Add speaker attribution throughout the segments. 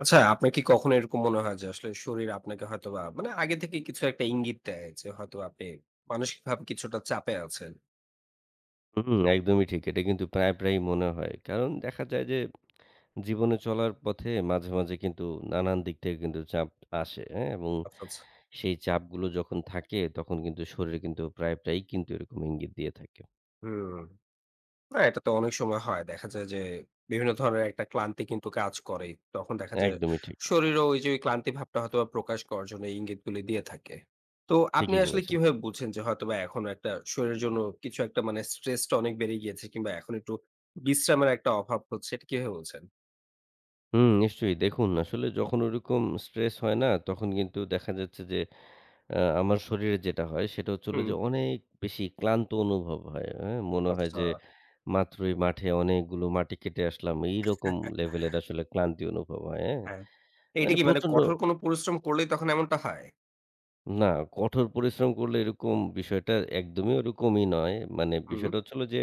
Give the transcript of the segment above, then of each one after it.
Speaker 1: আচ্ছা, আপনার কি কখনো এরকম মনে হয় যে আসলে শরীর আপনাকে হয়তোবা মানে আগে থেকে কিছু একটা ইঙ্গিত দেয় যে হয়তো আপনি মানসিকভাবে কিছুটা চাপে আছেন?
Speaker 2: হুম, একদমই ঠিক। এটা কিন্তু প্রায়, প্রায়ই মনে হয়। কারণ দেখা যায় যে জীবনে চলার পথে মাঝে, মাঝে কিন্তু নানান দিক থেকে কিন্তু চাপ আসে, হ্যাঁ? এবং
Speaker 1: আচ্ছা, আচ্ছা।
Speaker 2: সেই চাপগুলো যখন থাকে তখন কিন্তু শরীর কিন্তু প্রায়, প্রায়ই কিন্তু এরকম ইঙ্গিত দিয়ে থাকে।
Speaker 1: হুম। না, এটা তো অনেক সময় হয়। দেখা যায় যে বিভিন্ন ধরনের একটা ক্লান্তি কিন্তু কাজ করে। তখন দেখা যায়
Speaker 2: একদমই ঠিক।
Speaker 1: শরীরও ওই যে ওই ক্লান্তি ভাবটা হয়তোবা প্রকাশ করার জন্য এই ইঙ্গিতগুলি দিয়ে থাকে। তো আপনি
Speaker 2: ঠিকই
Speaker 1: আসলে
Speaker 2: বলেছেন।
Speaker 1: কিভাবে বুঝছেন যে হয়তোবা এখন একটা শরীরের জন্য কিছু একটা মানে স্ট্রেসটা অনেক বেড়ে গিয়েছে কিংবা এখন একটু বিশ্রামের একটা অভাব হচ্ছে, এটা কিভাবে বলছেন?
Speaker 2: হুম, নিশ্চয়ই। দেখুন আসলে যখন ওরকম স্ট্রেস হয় না তখন কিন্তু দেখা যাচ্ছে যে আমার শরীরে যেটা হয় সেটা হচ্ছে হলো
Speaker 1: হুম,
Speaker 2: যে অনেক বেশি ক্লান্ত অনুভব হয়। হ্যাঁ? মনে হয় যে
Speaker 1: আচ্ছা।
Speaker 2: মাত্রই মাঠে অনেকগুলো মাটি কেটে আসলাম। এইরকম লেভেলের আসলে ক্লান্তি অনুভব হয়। হ্যাঁ?
Speaker 1: হ্যাঁ। এইটা
Speaker 2: মানে
Speaker 1: কি মানে
Speaker 2: প্রচন্ড
Speaker 1: কঠোর কোনো পরিশ্রম করলেই তখন এমনটা হয়?
Speaker 2: না কঠোর পরিশ্রম করলে এরকম বিষয়টা একদমই ওরকমই নয়। মানে
Speaker 1: হুম।
Speaker 2: বিষয়টা হচ্ছে হলো যে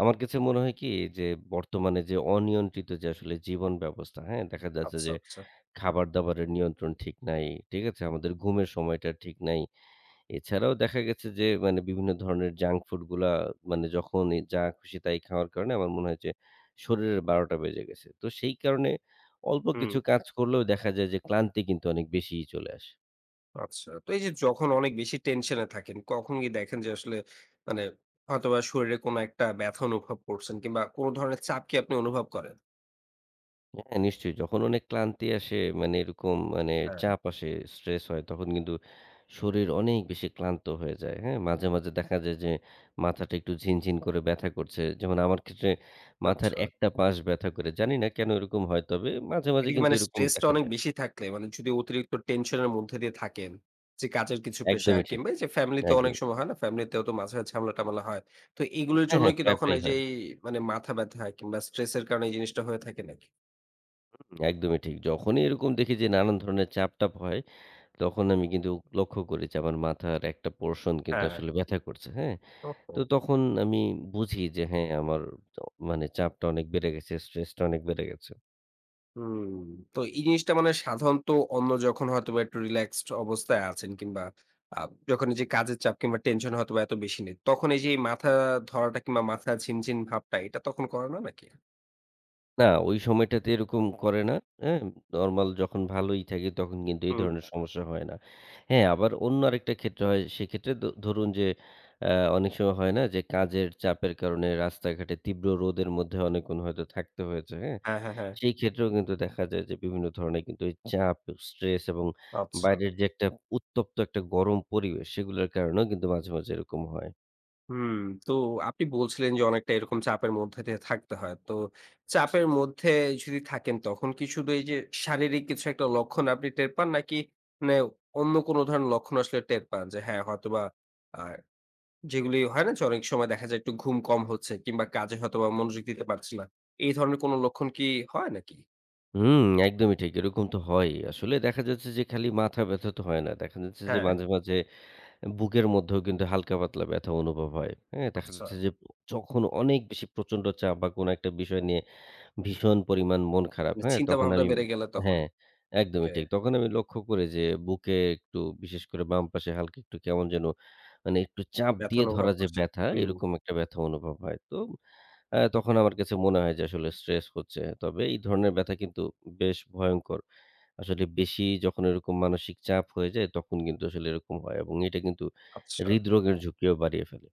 Speaker 2: আমার কাছে মনে হয় কি যে বর্তমানে যে অনিয়ন্ত্রিত যে আসলে জীবন ব্যবস্থা, হ্যাঁ? দেখা যাচ্ছে
Speaker 1: আচ্ছা,
Speaker 2: যে
Speaker 1: আচ্ছা।
Speaker 2: খাবার-দাবারের নিয়ন্ত্রণ ঠিক নাই। ঠিক আছে? আমাদের ঘুমের সময়টা ঠিক নাই। এছাড়াও দেখা গেছে যে মানে বিভিন্ন ধরনের জাঙ্ক ফুড গুলা মানে যখনই যা খুশি তাই খাওয়ার কারণে আমার মনে হয় যে শরীরের ১২টা বেজে গেছে। তো সেই কারণে অল্প
Speaker 1: হুম,
Speaker 2: কিছু কাজ করলেও দেখা যায় যে ক্লান্তি কিন্তু অনেক বেশিই চলে আসে।
Speaker 1: আচ্ছা। তো এই যে যখন অনেক বেশি টেনশন এ থাকেন, কখন কি দেখেন যে আসলে মানে হয়তোবা শরীরে কোনো একটা ব্যথা অনুভব করছেন কিংবা কোনো ধরনের চাপ কি আপনি অনুভব করেন?
Speaker 2: হ্যাঁ, নিশ্চয়ই যখন অনেক ক্লান্তি আসে মানে এরকম মানে
Speaker 1: হ্যাঁ,
Speaker 2: চাপ আসে, স্ট্রেস হয় তখন কিন্তু শরীর অনেক বেশি ক্লান্ত হয়ে যায়। হ্যাঁ? মাঝে, মাঝে দেখা যায় যে মাথাটা একটু ঝিনঝিন করে ব্যথা করছে। যেমন আমার ক্ষেত্রে মাথার
Speaker 1: আচ্ছা।
Speaker 2: একটা পাশ ব্যথা করে। জানি না কেন এরকম হয় তবে মাঝে, মাঝে
Speaker 1: এটা কি
Speaker 2: কিন্তু
Speaker 1: মানে
Speaker 2: এরকম
Speaker 1: স্ট্রেস টা
Speaker 2: দেখা
Speaker 1: অনেক
Speaker 2: যায়।
Speaker 1: বেশি থাকলে মানে যদি অতিরিক্ত টেনশন এর মধ্যে দিয়ে থাকেন, যে কাজের কিছু প্রেশার
Speaker 2: একদমই ঠিক,
Speaker 1: কিংবা এই যে ফ্যামিলিতে অনেক
Speaker 2: একদমই ঠিক।
Speaker 1: সময় হয় না? ফ্যামিলিতেও তো মাঝে ঝামেলা-টামেলা হয়। তো এগুলোর
Speaker 2: হ্যাঁ,
Speaker 1: জন্য
Speaker 2: হ্যাঁ,
Speaker 1: কি
Speaker 2: প্রায়,
Speaker 1: তখন
Speaker 2: প্রায়ই
Speaker 1: এই যে
Speaker 2: হয়।
Speaker 1: এই মানে মাথা ব্যথা কিংবা স্ট্রেস এর কারণে এই জিনিসটা হয়ে থাকে নাকি?
Speaker 2: হুম, একদমই ঠিক। যখনই এরকম দেখি যে নানান ধরনের চাপ-টাপ হয়, তখন আমি কিন্তু লক্ষ্য করি যে আমার মাথার একটা পোরশন কিন্তু
Speaker 1: হ্যাঁ,
Speaker 2: আসলে ব্যথা করছে। হ্যাঁ?
Speaker 1: ওহো!
Speaker 2: তো তখন আমি বুঝি যে হ্যাঁ, আমার চ মানে চাপটা অনেক বেড়ে গেছে, স্ট্রেসটা অনেক বেড়ে গেছে।
Speaker 1: হুম। তো এই জিনিসটা মানে সাধারণত অন্য যখন হয়তোবা একটু রিল্যাক্সড অবস্থায় আছেন কিংবা আ যখন এই যে কাজের চাপ কিংবা টেনশন হয়তোবা এত বেশি নেই। তখন এই যে এই মাথা ধরাটা কিংবা মাথা ঝিমঝিম ভাবটা এটা তখন করে না নাকি?
Speaker 2: না, ওই সময়টাতে এরকম করে না। হ্যাঁ? নরমাল যখন ভালোই থাকি তখন কিন্তু এই
Speaker 1: হুম।
Speaker 2: ধরনের সমস্যা হয় না। হ্যাঁ, আবার অন্য আরেকটা ক্ষেত্র হয়। সেক্ষেত্রে ধরুন যে আ অনেক সময় হয় না যে কাজের চাপের কারণে রাস্তাঘাটে তীব্র রোদের মধ্যে অনেকক্ষণ হয়তো থাকতে হয়েছে। হ্যাঁ?
Speaker 1: হ্যাঁ, হ্যাঁ, হ্যাঁ।
Speaker 2: সেই ক্ষেত্রেও কিন্তু দেখা যায় যে বিভিন্ন ধরনের কিন্তু এই চাপ, স্ট্রেস এবং
Speaker 1: আচ্ছা।
Speaker 2: বাইরের যে একটা উত্তপ্ত একটা গরম পরিবেশ সেগুলোর কারণেও কিন্তু মাঝে, মাঝে এরকম হয়।
Speaker 1: হুম। তো আপনি বলছিলেন যে অনেকটা এরকম চাপের মধ্যে দিয়ে থাকতে হয়। তো চাপের মধ্যে যদি থাকেন তখন কি শুধু এই যে শারীরিক কিছু একটা লক্ষণ আপনি টের পান নাকি মানে অন্য কোন ধরনের লক্ষণ আসলে টের পান? যে হ্যাঁ, হয়তোবা আ যেগুলি হয় না যে অনেক সময় দেখা যায় একটু ঘুম কম হচ্ছে কিংবা কাজে হয়তোবা মনোযোগ দিতে পারছি না। এই ধরনের কোনো লক্ষণ কি হয় নাকি?
Speaker 2: হুম, একদমই ঠিক। এরকম তো হয়ই। আসলে দেখা যাচ্ছে যে খালি মাথা ব্যথা তো হয় না। দেখা যাচ্ছে যে
Speaker 1: হ্যাঁ,
Speaker 2: মাঝে, মাঝে বুকের মধ্যেও কিন্তু হালকা পাতলা ব্যথা অনুভব হয়। হ্যাঁ? দেখা
Speaker 1: আচ্ছা।
Speaker 2: যাচ্ছে যে যখন অনেক বেশি প্রচন্ড চাপ বা কোনো একটা বিষয় নিয়ে ভীষণ পরিমাণ মন খারাপ।
Speaker 1: মানে
Speaker 2: হ্যাঁ?
Speaker 1: চিন্তা
Speaker 2: তখন
Speaker 1: ভাবনা
Speaker 2: আমি
Speaker 1: বেড়ে গেলে তখন।
Speaker 2: হ্যাঁ, একদমই
Speaker 1: ওকে,
Speaker 2: ঠিক। তখন আমি লক্ষ্য করি যে বুকে একটু বিশেষ করে বাম পাশে হালকা একটু কেমন যেন মানে একটু চাপ দিয়ে
Speaker 1: ব্যথার
Speaker 2: ধরা
Speaker 1: অনুভব
Speaker 2: যে
Speaker 1: করছেন।
Speaker 2: ব্যথা,
Speaker 1: হুম,
Speaker 2: এরকম একটা ব্যথা অনুভব হয়। তো আ তখন আমার কাছে মনে হয় যে আসলে স্ট্রেস হচ্ছে। তবে এই ধরনের ব্যথা কিন্তু বেশ ভয়ংকর। আসলে বেশি যখন এরকম মানসিক চাপ হয়ে যায় তখন কিন্তু আসলে এরকম হয় এবং এটা কিন্তু
Speaker 1: আচ্ছা।
Speaker 2: হৃদরোগের ঝুঁকিও বাড়িয়ে ফেলে।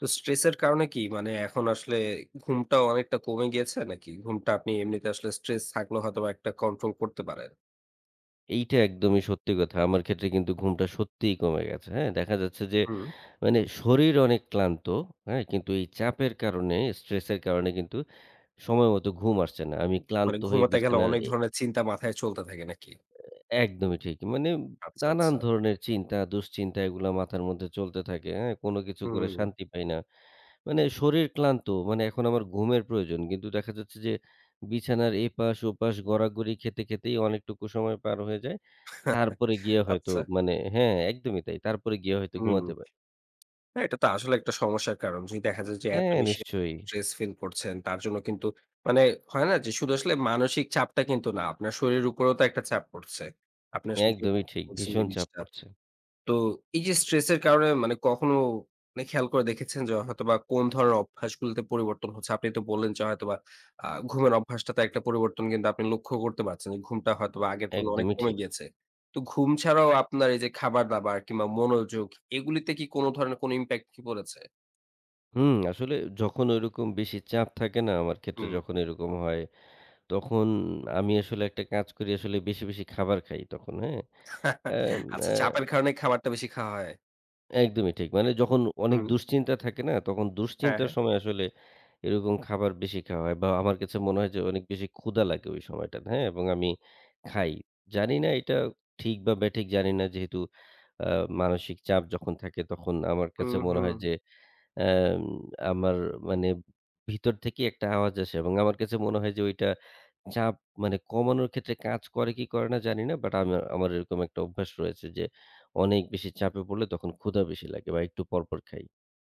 Speaker 1: তো স্ট্রেসের কারণে কি মানে এখন আসলে ঘুমটাও অনেকটা কমে গিয়েছে নাকি? ঘুমটা আপনি এমনিতে আসলে স্ট্রেস থাকলেও হয়তোবা একটা কন্ট্রোল করতে পারেন।
Speaker 2: এইটা একদমই সত্যি কথা। আমার ক্ষেত্রে কিন্তু ঘুমটা সত্যিই কমে গেছে। হ্যাঁ? দেখা যাচ্ছে যে
Speaker 1: হুম।
Speaker 2: মানে শরীর অনেক ক্লান্ত, হ্যাঁ? কিন্তু এই চাপের কারণে, স্ট্রেসের কারণে কিন্তু সময় মতো ঘুম আসছে না। আমি
Speaker 1: মানে
Speaker 2: ক্লান্ত হয়ে
Speaker 1: ঘুমাতে গেলে
Speaker 2: বিছানার
Speaker 1: অনেক
Speaker 2: এ
Speaker 1: ধরনের চিন্তা মাথায় চলতে থাকে নাকি?
Speaker 2: একদমই ঠিক। মানে
Speaker 1: আচ্ছা,
Speaker 2: নানান
Speaker 1: আচ্ছা।
Speaker 2: ধরনের চিন্তা, দুশ্চিন্তা এগুলা মাথার মধ্যে চলতে থাকে। হ্যাঁ? কোনো কিছু করে
Speaker 1: হুম।
Speaker 2: শান্তি পাই না। মানে শরীর ক্লান্ত, মানে এখন আমার ঘুমের প্রয়োজন। কিন্তু দেখা যাচ্ছে যে বিছানার এপাশ ওপাশ গড়াগড়ি খেতে, খেতেই অনেকটুকু সময় পার হয়ে যায়। তারপরে গিয়ে হয়তো
Speaker 1: আচ্ছা,
Speaker 2: মানে হ্যাঁ, একদমই তাই। তারপরে গিয়ে হয়তো
Speaker 1: হুম।
Speaker 2: ঘুমাতে পারি।
Speaker 1: না, এটা তো আসলে একটা সমস্যার কারণ। যদি দেখা যায় যে এত
Speaker 2: হ্যাঁ,
Speaker 1: বেশি
Speaker 2: নিশ্চয়ই।
Speaker 1: স্ট্রেস ফিল করছেন, তার জন্য কিন্তু মানে হয় না যে শুধু আসলে মানসিক চাপটা কিন্তু না, আপনার শরীরের উপরেও তো একটা চাপ পড়ছে। আপনি আসলে যে
Speaker 2: একদমই ঠিক।
Speaker 1: বলছেন
Speaker 2: ভীষণ চাপ
Speaker 1: জিনিসটা।
Speaker 2: পড়ছে।
Speaker 1: তো এই যে স্ট্রেস এর কারণে মানে কখনো মানে খেয়াল করে দেখেছেন যে হয়তোবা কোন ধরনের অভ্যাসগুলোতে পরিবর্তন হচ্ছে? আপনি তো বললেন যে হয়তোবা ঘুমের অভ্যাসটাতে একটা পরিবর্তন কিন্তু আপনি লক্ষ্য করতে পারছেন যে ঘুমটা হয়তোবা আগের তুলনায় অনেক
Speaker 2: একদমই
Speaker 1: কমে
Speaker 2: ঠিক।
Speaker 1: গিয়েছে। তো ঘুম ছাড়াও আপনার এই যে খাবার-দাবার কিংবা মনোযোগ এগুলিতে কি কোন ধরনের কোন ইমপ্যাক্ট কি পড়েছে?
Speaker 2: হুম, আসলে যখন ঐরকম বেশি চাপ থাকে না আমার ক্ষেত্রে
Speaker 1: হুম।
Speaker 2: যখন এরকম হয়, তখন আমি আসলে একটা কাজ করি আসলে বেশি, বেশি খাবার খাই তখন, হ্যাঁ? আম অ্যা
Speaker 1: আচ্ছা, চাপের কারণে খাবারটা বেশি খাওয়া হয়।
Speaker 2: একদমই ঠিক। মানে যখন অনেক
Speaker 1: হুম।
Speaker 2: দুশ্চিন্তা থাকে না? তখন
Speaker 1: হ্যাঁ,
Speaker 2: দুশ্চিন্তার
Speaker 1: হ্যাঁ।
Speaker 2: সময় আসলে এরকম খাবার বেশি খাওয়া হয় বা আমার কাছে মনে হয় যে অনেক বেশি ক্ষুধা লাগে ওই সময়টাতে, হ্যাঁ? এবং আমি খাই। জানি না এটা ঠিক বা বেঠিক জানি না যেহেতু আ মানসিক চাপ যখন থাকে তখন আমার কাছে
Speaker 1: হুম,
Speaker 2: মনে
Speaker 1: হুম।
Speaker 2: হয় যে অ্যাম আমার মানে ভিতর থেকে একটা আওয়াজ আসে এবং আমার কাছে মনে হয় যে ওইটা চাপ মানে কমানোর ক্ষেত্রে কাজ করে কি করে না জানি না। বাট আমার আমার এরকম একটা অভ্যাস রয়েছে যে অনেক বেশি চাপে পড়লে তখন ক্ষুধা বেশি লাগে বা একটু পরপর খাই।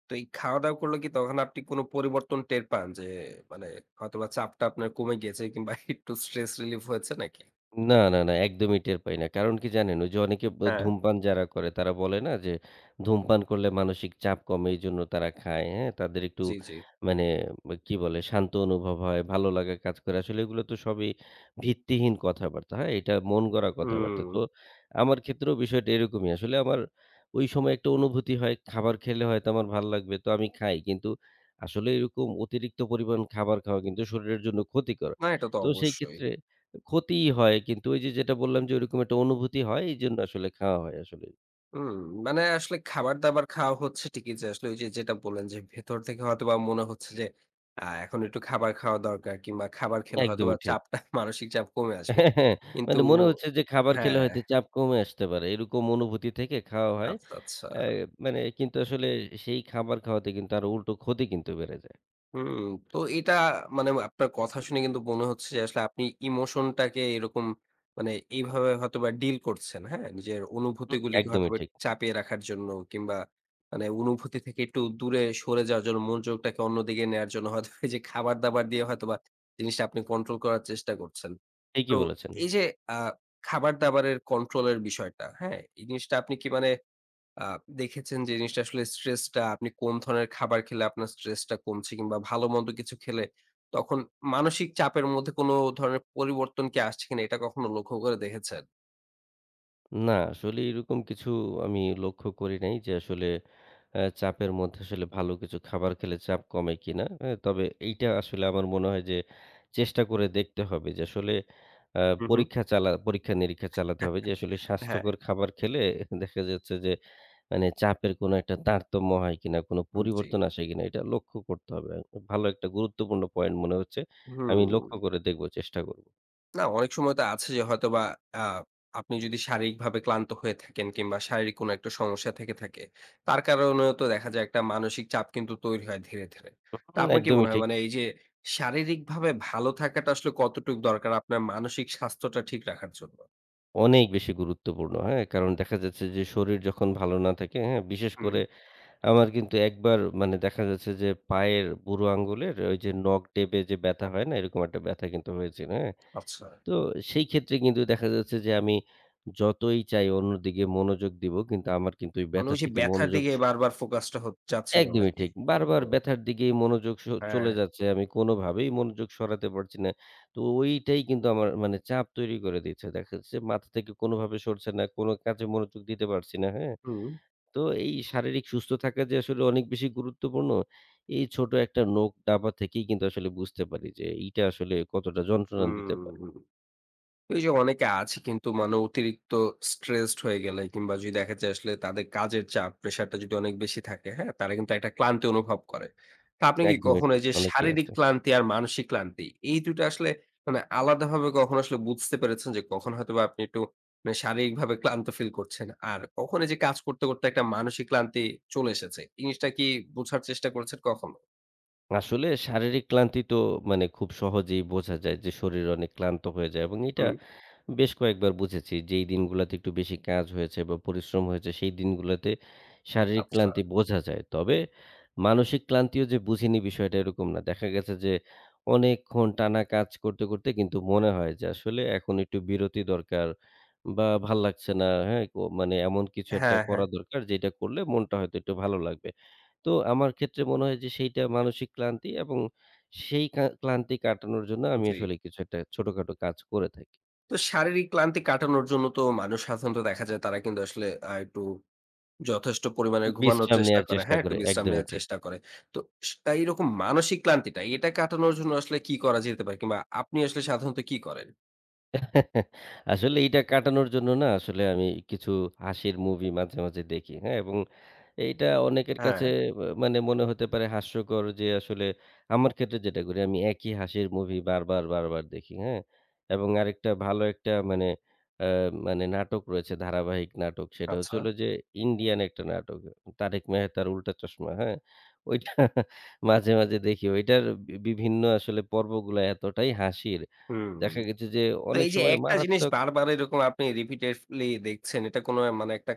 Speaker 1: তো এই খাওয়া-দাওয়া করলে কি তখন আপনি কোনো পরিবর্তন টের পান? যে মানে হয়তোবা চাপটা আপনার কমে গিয়েছে কিংবা একটু স্ট্রেস রিলিফ হয়েছে নাকি?
Speaker 2: না, না, না, একদমই টের পাই না। কারণ কি জানেন? ওই যে অনেকে
Speaker 1: হ্যাঁ।
Speaker 2: ধূমপান যারা করে তারা বলে না যে, ধূমপান করলে মানসিক চাপ কমে এইজন্য তারা খায়, হ্যাঁ? তাদের একটু
Speaker 1: জি, জি।
Speaker 2: মানে বা কি বলে? শান্ত অনুভব হয়, ভালো লাগা কাজ করে। আসলে এগুলো তো সবই ভিত্তিহীন কথাবার্তা, হ্যাঁ? এটা মন গড়া কথাবার্তা।
Speaker 1: হুম।
Speaker 2: তো আমার ক্ষেত্রেও বিষয়টা এরকমই। আসলে আমার ওই সময় একটা অনুভূতি হয়, খাবার খেলে হয়তো আমার ভাল লাগবে, তো আমি খাই। কিন্তু আসলে এরকম অতিরিক্ত পরিমাণ খাবার খাওয়া কিন্তু শরীরের জন্য ক্ষতিকর।
Speaker 1: না, এটা তো
Speaker 2: তো সেই
Speaker 1: অবশ্যই।
Speaker 2: ক্ষেত্রে ক্ষতিই হয় কিন্তু ওই যে যেটা বললাম যে ওইরকম একটা অনুভূতি হয় এইজন্য আসলে খাওয়া হয় আসলে।
Speaker 1: হুম, মানে আসলে খাবার-দাবার খাওয়া হচ্ছে ঠিকই, যে আসলে ওই যে যেটা বললেন যে ভেতর থেকে হয়তোবা মনে হচ্ছে যে এখন একটু খাবার খাওয়া দরকার কিংবা খাবার খেলে হয়তোবা
Speaker 2: একদমই ঠিক।
Speaker 1: চাপটা মানসিক চাপ কমে আসবে।
Speaker 2: হ্যাঁ, হ্যাঁ।
Speaker 1: কিন্তু
Speaker 2: মানে মনে হচ্ছে যে খাবার খেলে
Speaker 1: হ্যাঁ,
Speaker 2: হয়তো চাপ কমে আসতে পারে। এরকম অনুভূতি থেকে খাওয়া হয়।
Speaker 1: আচ্ছা, আচ্ছা।
Speaker 2: অ্যা মানে কিন্তু আসলে সেই খাবার খাওয়াতে কিন্তু আরো উল্টো ক্ষতি কিন্তু বেড়ে যায়।
Speaker 1: হুম, তো এটা মানে আপনার কথা শুনে কিন্তু মনে হচ্ছে যে আসলে আপনি ইমোশনটাকে এরকম মানে এইভাবে হয়তোবা ডিল করছেন, হ্যাঁ? নিজের
Speaker 2: হুম,
Speaker 1: অনুভূতিগুলিকে
Speaker 2: একদমই
Speaker 1: হয়তোবা
Speaker 2: ঠিক।
Speaker 1: চাপিয়ে রাখার জন্য কিংবা মানে অনুভূতি থেকে একটু দূরে সরে যাওয়ার জন্য মনোযোগটাকে অন্যদিকে নেয়ার জন্য হয়তো বা এই যে খাবার-দাবার দিয়ে হয়তোবা জিনিসটা আপনি কন্ট্রোল করার চেষ্টা করছেন।
Speaker 2: ঠিকই
Speaker 1: তো
Speaker 2: বলেছেন।
Speaker 1: এই যে আ খাবার-দাবারের কন্ট্রোল এর বিষয়টা, হ্যাঁ? এই জিনিসটা আপনি কি মানে আ দেখেছেন যে জিনিসটা আসলে স্ট্রেসটা আপনি কোন ধরনের খাবার খেলে আপনার স্ট্রেসটা কমছে কিংবা ভালো-মন্দ কিছু খেলে তখন মানসিক চাপের মধ্যে কোন ধরনের পরিবর্তন কি আসছে কিনা এটা কখনো লক্ষ্য করে দেখেছেন?
Speaker 2: না, আসলে এরকম কিছু আমি লক্ষ্য করি নাই যে আসলে চাপের মধ্যে আসলে ভালো কিছু খাবার খেলে চাপ কমে কিনা? হ্যাঁ, তবে এইটা আসলে আমার মনে হয় যে চেষ্টা করে দেখতে হবে যে আসলে আ
Speaker 1: হু, হু।
Speaker 2: পরীক্ষা-নিরীক্ষা চালাতে হবে যে আসলে
Speaker 1: হ্যাঁ,
Speaker 2: স্বাস্থ্যকর খাবার খেলে দেখা যাচ্ছে যে মানে চাপের কোনো একটা তারতম্য হয় কিনা, কোনো
Speaker 1: জি।
Speaker 2: পরিবর্তন আসে কিনা এটা লক্ষ্য করতে হবে। ভালো একটা গুরুত্বপূর্ণ পয়েন্ট মনে হচ্ছে। আমি
Speaker 1: হুম।
Speaker 2: লক্ষ্য করে দেখব, চেষ্টা করব।
Speaker 1: না, অনেক সময় তো আছে যে হয়তোবা আ আপনি যদি শারীরিকভাবে ক্লান্ত হয়ে থাকেন কিংবা শারীরিক কোনো একটা সমস্যা থেকে থাকে, তার কারণেও তো দেখা যায় একটা মানসিক চাপ কিন্তু তৈরি হয় ধীরে, ধীরে। তো
Speaker 2: হুম,
Speaker 1: আপনার কি
Speaker 2: একদমই
Speaker 1: মনে হয়
Speaker 2: ঠিক।
Speaker 1: মানে এই যে শারীরিকভাবে ভালো থাকাটা আসলে কতটুক দরকার আপনার মানসিক স্বাস্থ্যটা ঠিক রাখার জন্য?
Speaker 2: অনেক বেশি গুরুত্বপূর্ণ, হ্যাঁ? কারণ দেখা যাচ্ছে যে শরীর যখন ভালো না থাকে, হ্যাঁ? বিশেষ
Speaker 1: হুম,
Speaker 2: করে আমার কিন্তু একবার মানে দেখা যাচ্ছে যে পায়ের বুড়ো আঙুলের ওই যে নখ ডেবে যে ব্যথা হয় না? এরকম একটা ব্যথা কিন্তু হয়েছিল, হ্যাঁ?
Speaker 1: আচ্ছা।
Speaker 2: তো সেই ক্ষেত্রে কিন্তু দেখা যাচ্ছে যে আমি যতই চাই অন্যদিকে মনোযোগ দিব কিন্তু আমার কিন্তু ওই
Speaker 1: মানে
Speaker 2: ব্যথা
Speaker 1: ওই যে
Speaker 2: থেকে
Speaker 1: ব্যাথার
Speaker 2: মনোযোগ
Speaker 1: দিকে বারবার ফোকাসটা হত যাচ্ছিল
Speaker 2: একদমই
Speaker 1: নাকি?
Speaker 2: ঠিক। বারবার
Speaker 1: ওহহো!
Speaker 2: ব্যথার দিকেই মনোযোগ চলে
Speaker 1: হ্যাঁ।
Speaker 2: যাচ্ছে। আমি কোনোভাবেই মনোযোগ সরাতে পারছি না। তো ওইটাই কিন্তু আমার মানে চাপ তৈরি করে দিচ্ছে। দেখা যাচ্ছে মাথা থেকে কোনোভাবে সরছে না। কোনো কাজে মনোযোগ দিতে পারছি না, হ্যাঁ?
Speaker 1: হুম।
Speaker 2: তো এই শারীরিক সুস্থ থাকা যে আসলে অনেক বেশি গুরুত্বপূর্ণ, এই ছোট একটা নখ ডাবা থেকেই কিন্তু আসলে বুঝতে পারি যে এইটা আসলে কতটা যন্ত্রণা দিতে পারে।
Speaker 1: হুম। এই যে অনেকে আছে কিন্তু মানে অতিরিক্ত স্ট্রেসড হয়ে গেলে কিংবা যদি দেখা যায় আসলে তাদের কাজের চাপ প্রেশারটা যদি অনেক বেশি থাকে, হ্যাঁ, তারা কিন্তু একটা ক্লান্তি অনুভব করে। তা আপনি কি
Speaker 2: একদমই
Speaker 1: কখনো
Speaker 2: ঠিক।
Speaker 1: এই যে
Speaker 2: অনেকেই
Speaker 1: শারীরিক
Speaker 2: আছে।
Speaker 1: ক্লান্তি আর মানসিক ক্লান্তি এই দুটো আসলে মানে আলাদাভাবে কখনো আসলে বুঝতে পেরেছেন যে কখন হয়তো বা আপনি একটু মানে শারীরিকভাবে ক্লান্ত ফিল করছেন আর কখন এই যে কাজ করতে করতে একটা মানসিক ক্লান্তি চলে এসেছে, এই জিনিসটা কি বোঝার চেষ্টা করেছেন কখনো?
Speaker 2: আসলে শারীরিক ক্লান্তি তো মানে খুব সহজেই বোঝা যায় যে শরীর অনেক ক্লান্ত হয়ে যায় এবং এটা
Speaker 1: হুম।
Speaker 2: বেশ কয়েকবার বুঝেছি। যেই দিনগুলাতে একটু বেশি কাজ হয়েছে বা পরিশ্রম হয়েছে, সেই দিনগুলাতে শারীরিক
Speaker 1: আচ্ছা।
Speaker 2: ক্লান্তি বোঝা যায়। তবে মানসিক ক্লান্তিও যে বুঝিনি বিষয়টা এরকম না। দেখা গেছে যে অনেকক্ষণ টানা কাজ করতে, করতে কিন্তু মনে হয় যে আসলে এখন একটু বিরতি দরকার বা ভাল লাগছে না, হ্যাঁ? ও মানে এমন কিছু একটা
Speaker 1: হ্যাঁ, হ্যাঁ।
Speaker 2: করা দরকার যেটা করলে মনটা হয়তো একটু ভালো লাগবে। তো আমার ক্ষেত্রে মনে হয় যে সেইটা মানসিক ক্লান্তি এবং সেই ক্লান্তি কাটানোর জন্য আমি
Speaker 1: জি।
Speaker 2: আসলে কিছু একটা ছোটখাটো কাজ করে থাকি।
Speaker 1: তো শারীরিক ক্লান্তি কাটানোর জন্য তো মানুষ সাধারণত দেখা যায় তারা কিন্তু আসলে একটু যথেষ্ট পরিমাণে ঘুমানোর
Speaker 2: বিশ্রাম
Speaker 1: চেষ্টা
Speaker 2: নেয়ার
Speaker 1: করে,
Speaker 2: চেষ্টা
Speaker 1: হ্যাঁ? একটু
Speaker 2: করে।
Speaker 1: বিশ্রাম
Speaker 2: একদমই
Speaker 1: নেয়ার
Speaker 2: ঠিক।
Speaker 1: চেষ্টা করে। তো স তা এইরকম মানসিক ক্লান্তিটা এটা কাটানোর জন্য আসলে কি করা যেতে পারে? কিংবা আপনি আসলে সাধারণত কি করেন?
Speaker 2: আসলে এইটা কাটানোর জন্য না আসলে আমি কিছু হাসির মুভি মাঝে, মাঝে দেখি। হ্যাঁ? এবং এইটা অনেকের
Speaker 1: হ্যাঁ,
Speaker 2: কাছে আ মানে মনে হতে পারে হাস্যকর যে আসলে আমার ক্ষেত্রে যেটা করি আমি একই হাসির মুভি বারবার, বারবার দেখি। হ্যাঁ? এবং আরেকটা ভালো একটা মানে আ মানে নাটক রয়েছে ধারাবাহিক নাটক। সেটা হচ্ছে
Speaker 1: আচ্ছা।
Speaker 2: হলো যে ইন্ডিয়ান একটা নাটক। 'তারক মেহতার উল্টা চশমা।' হ্যাঁ? ওইটা মাঝে, মাঝে দেখি। ওইটার বিভিন্ন আসলে পর্বগুলা এতটাই হাসির
Speaker 1: হুম।
Speaker 2: দেখা গেছে যে
Speaker 1: তো
Speaker 2: অনেক
Speaker 1: এই যে
Speaker 2: সময়
Speaker 1: একটা জিনিস
Speaker 2: মারাত্মক
Speaker 1: বারবার এরকম আপনি repeatedly দেখছেন, এটা কোনো মানে একটা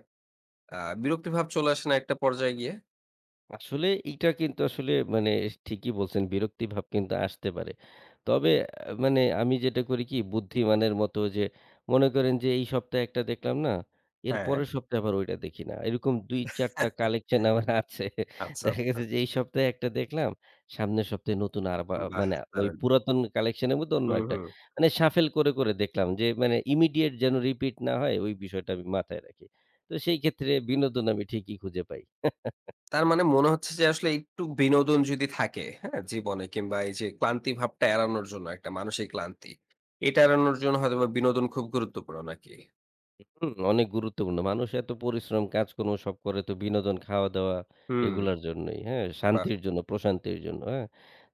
Speaker 1: আ বিরক্তি ভাব চলে আসে না একটা পর্যায়ে গিয়ে?
Speaker 2: আসলে এইটা কিন্তু আসলে মানে ঠিকই বলছেন, বিরক্তিভাব কিন্তু আসতে পারে। তবে আ মানে আমি যেটা করি কি বুদ্ধিমানের মতো যে মনে করেন যে এই সপ্তাহে একটা দেখলাম না, এর
Speaker 1: হ্যাঁ।
Speaker 2: পরের সপ্তাহে আবার ওইটা দেখি না। এরকম ২-৪ টা কালেকশন আমার আছে।
Speaker 1: আচ্ছা,
Speaker 2: দেখা
Speaker 1: আচ্ছা।
Speaker 2: গেছে যে এই সপ্তাহে একটা দেখলাম, সামনের সপ্তাহে নতুন আর বা
Speaker 1: বাহ!
Speaker 2: মানে ওই
Speaker 1: দারুণ।
Speaker 2: পুরাতন কালেকশন এর মধ্যে অন্য
Speaker 1: হুম,
Speaker 2: একটা।
Speaker 1: হুম।
Speaker 2: মানে শাফেল করে, করে দেখলাম যে মানে ইমিডিয়েট যেন রিপিট না হয় ওই বিষয়টা আমি মাথায় রাখি। তো সেই ক্ষেত্রে বিনোদন আমি ঠিকই খুঁজে পাই।
Speaker 1: তার মানে মনে হচ্ছে যে আসলে একটু বিনোদন যদি থাকে, হ্যাঁ? জীবনে, কিংবা এই যে ক্লান্তি ভাবটা এড়ানোর জন্য একটা মানসিক ক্লান্তি। এটা এড়ানোর জন্য হয়তোবা বিনোদন খুব গুরুত্বপূর্ণ নাকি?
Speaker 2: হুম, অনেক গুরুত্বপূর্ণ। মানুষ এত পরিশ্রম, কাজকর্ম সব করে তো বিনোদন, খাওয়া-দাওয়া
Speaker 1: হুম,
Speaker 2: এগুলার জন্যই, হ্যাঁ?
Speaker 1: বাহ!
Speaker 2: শান্তির জন্য, প্রশান্তির জন্য, হ্যাঁ?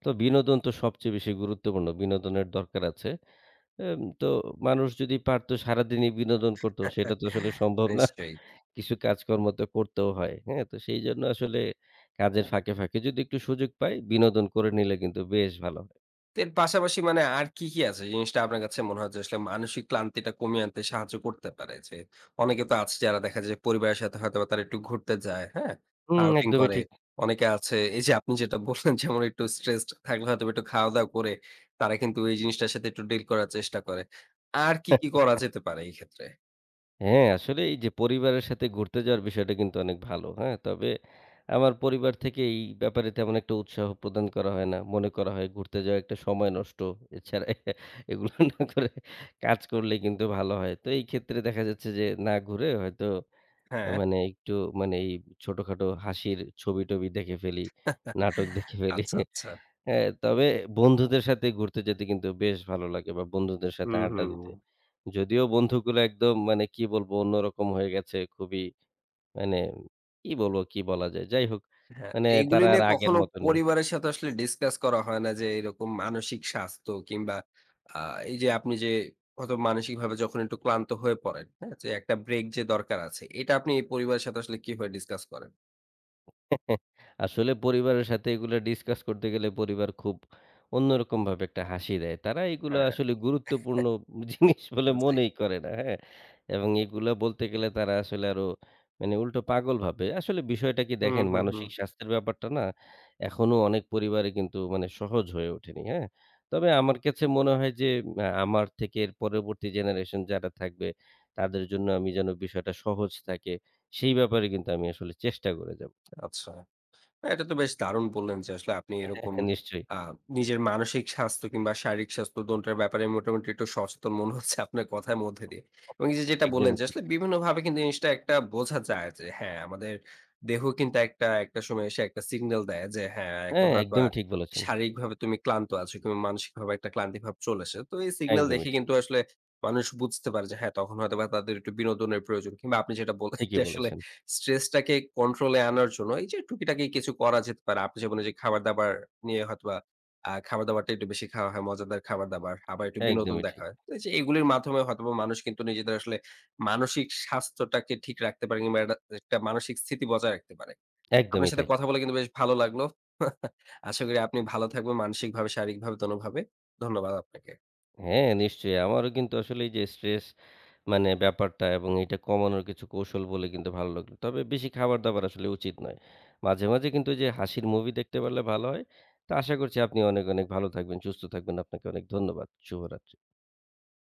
Speaker 2: তো বিনোদন তো সবচেয়ে বেশি গুরুত্বপূর্ণ। বিনোদনের দরকার আছে। তো মানুষ যদি পারত সারাদিনই বিনোদন করত, সেটা তো আসলে সম্ভব না।
Speaker 1: নিশ্চয়ই।
Speaker 2: কিছু কাজকর্ম তো করতেও হয়, হ্যাঁ? তো সেইজন্য আসলে কাজের ফাঁকে, ফাঁকে যদি একটু সুযোগ পাই, বিনোদন করে নিলে কিন্তু বেশ ভালো হয়।
Speaker 1: এর পাশাপাশি মানে আর কি, কি আছে জিনিসটা আপনার কাছে মনে হয় যে আসলে মানসিক ক্লান্তিটা কমিয়ে আনতে সাহায্য করতে পারে? যে অনেকে তো আছে যারা দেখা যায় পরিবারের সাথে হয়তোবা তারা একটু ঘুরতে যায়, হ্যাঁ?
Speaker 2: হুম,
Speaker 1: আউটিং
Speaker 2: একদমই
Speaker 1: করে।
Speaker 2: ঠিক।
Speaker 1: অনেকে আছে, এই যে আপনি যেটা বললেন, যেমন একটু স্ট্রেসড থাকলে হয়তোবা একটু খাওয়া-দাওয়া করে তারা কিন্তু এই জিনিসটার সাথে একটু ডিল করার চেষ্টা করে। আর কি, কি করা যেতে পারে এই ক্ষেত্রে?
Speaker 2: হ্যাঁ, আসলে এই যে পরিবারের সাথে ঘুরতে যাওয়ার বিষয়টা কিন্তু অনেক ভালো। হ্যাঁ? তবে আমার পরিবার থেকে এই ব্যাপারে তেমন একটা উৎসাহ প্রদান করা হয় না। মনে করা হয় ঘুরতে যাওয়া একটা সময় নষ্ট। এছাড়া এগুলো না করে কাজ করলে কিন্তু ভালো হয়। তো এই ক্ষেত্রে দেখা যাচ্ছে যে না ঘুরে হয়তো
Speaker 1: হ্যাঁ।
Speaker 2: মানে একটু মানে এই ছোটখাটো হাসির ছবি-টবি দেখে ফেলি, নাটক দেখে ফেলি।
Speaker 1: আচ্ছা, আচ্ছা।
Speaker 2: হ্যাঁ, তবে বন্ধুদের সাথে ঘুরতে যেতে কিন্তু বেশ ভালো লাগে বা বন্ধুদের সাথে
Speaker 1: হুম,
Speaker 2: আড্ডা
Speaker 1: হুম।
Speaker 2: দিতে। যদিও বন্ধুগুলো একদম মানে কি বলবো অন্যরকম হয়ে গেছে খুবই মানে কি বলবো, কি বলা যায়? যাই হোক
Speaker 1: হ্যাঁ,
Speaker 2: মানে
Speaker 1: তো এগুলি
Speaker 2: তারা একদম,
Speaker 1: নিয়ে
Speaker 2: আর একদম। আগের
Speaker 1: কখনো
Speaker 2: মত নেই।
Speaker 1: পরিবারের সাথে আসলে ডিসকাস করা হয় না যে এরকম মানসিক স্বাস্থ্য কিংবা আ এই যে আপনি যে হয়তো মানসিকভাবে যখন একটু ক্লান্ত হয়ে পড়েন, হ্যাঁ? যে একটা ব্রেক যে দরকার আছে, এটা আপনি পরিবারের সাথে আসলে কিভাবে ডিসকাস করেন?
Speaker 2: আসলে পরিবারের সাথে এগুলা ডিসকাস করতে গেলে পরিবার খুব অন্যরকম ভাবে একটা হাসি দেয়। তারা এগুলা
Speaker 1: হ্যাঁ,
Speaker 2: আসলে গুরুত্বপূর্ণ জিনিস বলে
Speaker 1: জি।
Speaker 2: মনেই করে না, হ্যাঁ? এবং এগুলা বলতে গেলে তারা আসলে আরো মানে উল্টো পাগল ভাবে। আসলে বিষয়টা কি
Speaker 1: হুম,
Speaker 2: দেখেন
Speaker 1: হুম, হুম।
Speaker 2: মানসিক স্বাস্থ্যের ব্যাপারটা না এখনো অনেক পরিবারে কিন্তু মানে সহজ হয়ে ওঠেনি, হ্যাঁ? তবে আমার কাছে মনে হয় যে আ আমার থেকে এর পরবর্তী জেনারেশন যারা থাকবে তাদের জন্য আমি যেন বিষয়টা সহজ থাকে সেই ব্যাপারে কিন্তু আমি আসলে চেষ্টা করে যাব।
Speaker 1: আচ্ছা। না, এটা তো বেশ দারুণ বললেন যে আসলে আপনি
Speaker 2: হ্যাঁ,
Speaker 1: এরকম
Speaker 2: নিশ্চয়ই।
Speaker 1: আ নিজের মানসিক স্বাস্থ্য কিংবা শারীরিক স্বাস্থ্য ২ টার ব্যাপারে মোটামুটি একটু সচেতন মনে হচ্ছে আপনার কথার মধ্যে দিয়ে। এবং এই যে যেটা বললেন
Speaker 2: একদমই
Speaker 1: যে
Speaker 2: ঠিক।
Speaker 1: আসলে বিভিন্নভাবে কিন্তু জিনিসটা একটা বোঝা যায় যে হ্যাঁ, আমাদের দেহ কিন্তু একটা, একটা সময় এসে একটা সিগন্যাল দেয় যে হ্যাঁ, এখন
Speaker 2: হ্যাঁ,
Speaker 1: হয়তোবা
Speaker 2: একদমই ঠিক বলেছেন।
Speaker 1: শারীরিকভাবে তুমি ক্লান্ত আছো কিংবা মানসিকভাবে একটা ক্লান্তিভাব চলে আসে। তো এই সিগন্যাল
Speaker 2: একদমই
Speaker 1: দেখে
Speaker 2: ঠিক।
Speaker 1: কিন্তু আসলে মানুষ বুঝতে পারে যে হ্যাঁ, তখন হয়তোবা তাদের একটু বিনোদনের প্রয়োজন কিংবা আপনি যেটা বললেন
Speaker 2: ঠিকই
Speaker 1: যে আসলে
Speaker 2: বলেছেন।
Speaker 1: স্ট্রেসটাকে কন্ট্রোলে আনার জন্য এই যে টুকিটাকি কিছু করা যেতে পারে। আপনি যেমন এই যে খাবার-দাবার নিয়ে হয়তোবা খাবার-দাবারটা একটু বেশি খাওয়া হয়, মজাদার খাবার-দাবার। আবার একটু বিনোদন
Speaker 2: একদমই
Speaker 1: দেখা
Speaker 2: ঠিক।
Speaker 1: হয়। তো এই যে এগুলির মাধ্যমে হয়তোবা মানুষ কিন্তু নিজেদের আসলে মানসিক স্বাস্থ্যটাকে ঠিক রাখতে পারে কিংবা একটা একটা মানসিক স্থিতি বজায় রাখতে পারে। আপনার
Speaker 2: একদমই
Speaker 1: সাথে
Speaker 2: তাই।
Speaker 1: কথা বলে কিন্তু বেশ ভালো লাগলো। আশা করি আপনি ভালো থাকবেন মানসিকভাবে, শারীরিকভাবে দোনোভাবে। ধন্যবাদ আপনাকে।
Speaker 2: হ্যাঁ, নিশ্চয়ই। আমারও কিন্তু আসলে এই যে স্ট্রেস মানে ব্যাপারটা এবং এটা কমানোর কিছু কৌশল বলে কিন্তু ভালো লাগলো। তবে বেশি খাবার-দাবার আসলে উচিত নয়। মাঝে, মাঝে কিন্তু ওই যে হাসির মুভি দেখতে পারলে ভালো হয়। তো আশা করছি আপনি অনেক, অনেক ভালো থাকবেন, সুস্থ থাকবেন। আপনাকে অনেক ধন্যবাদ। শুভরাত্রি।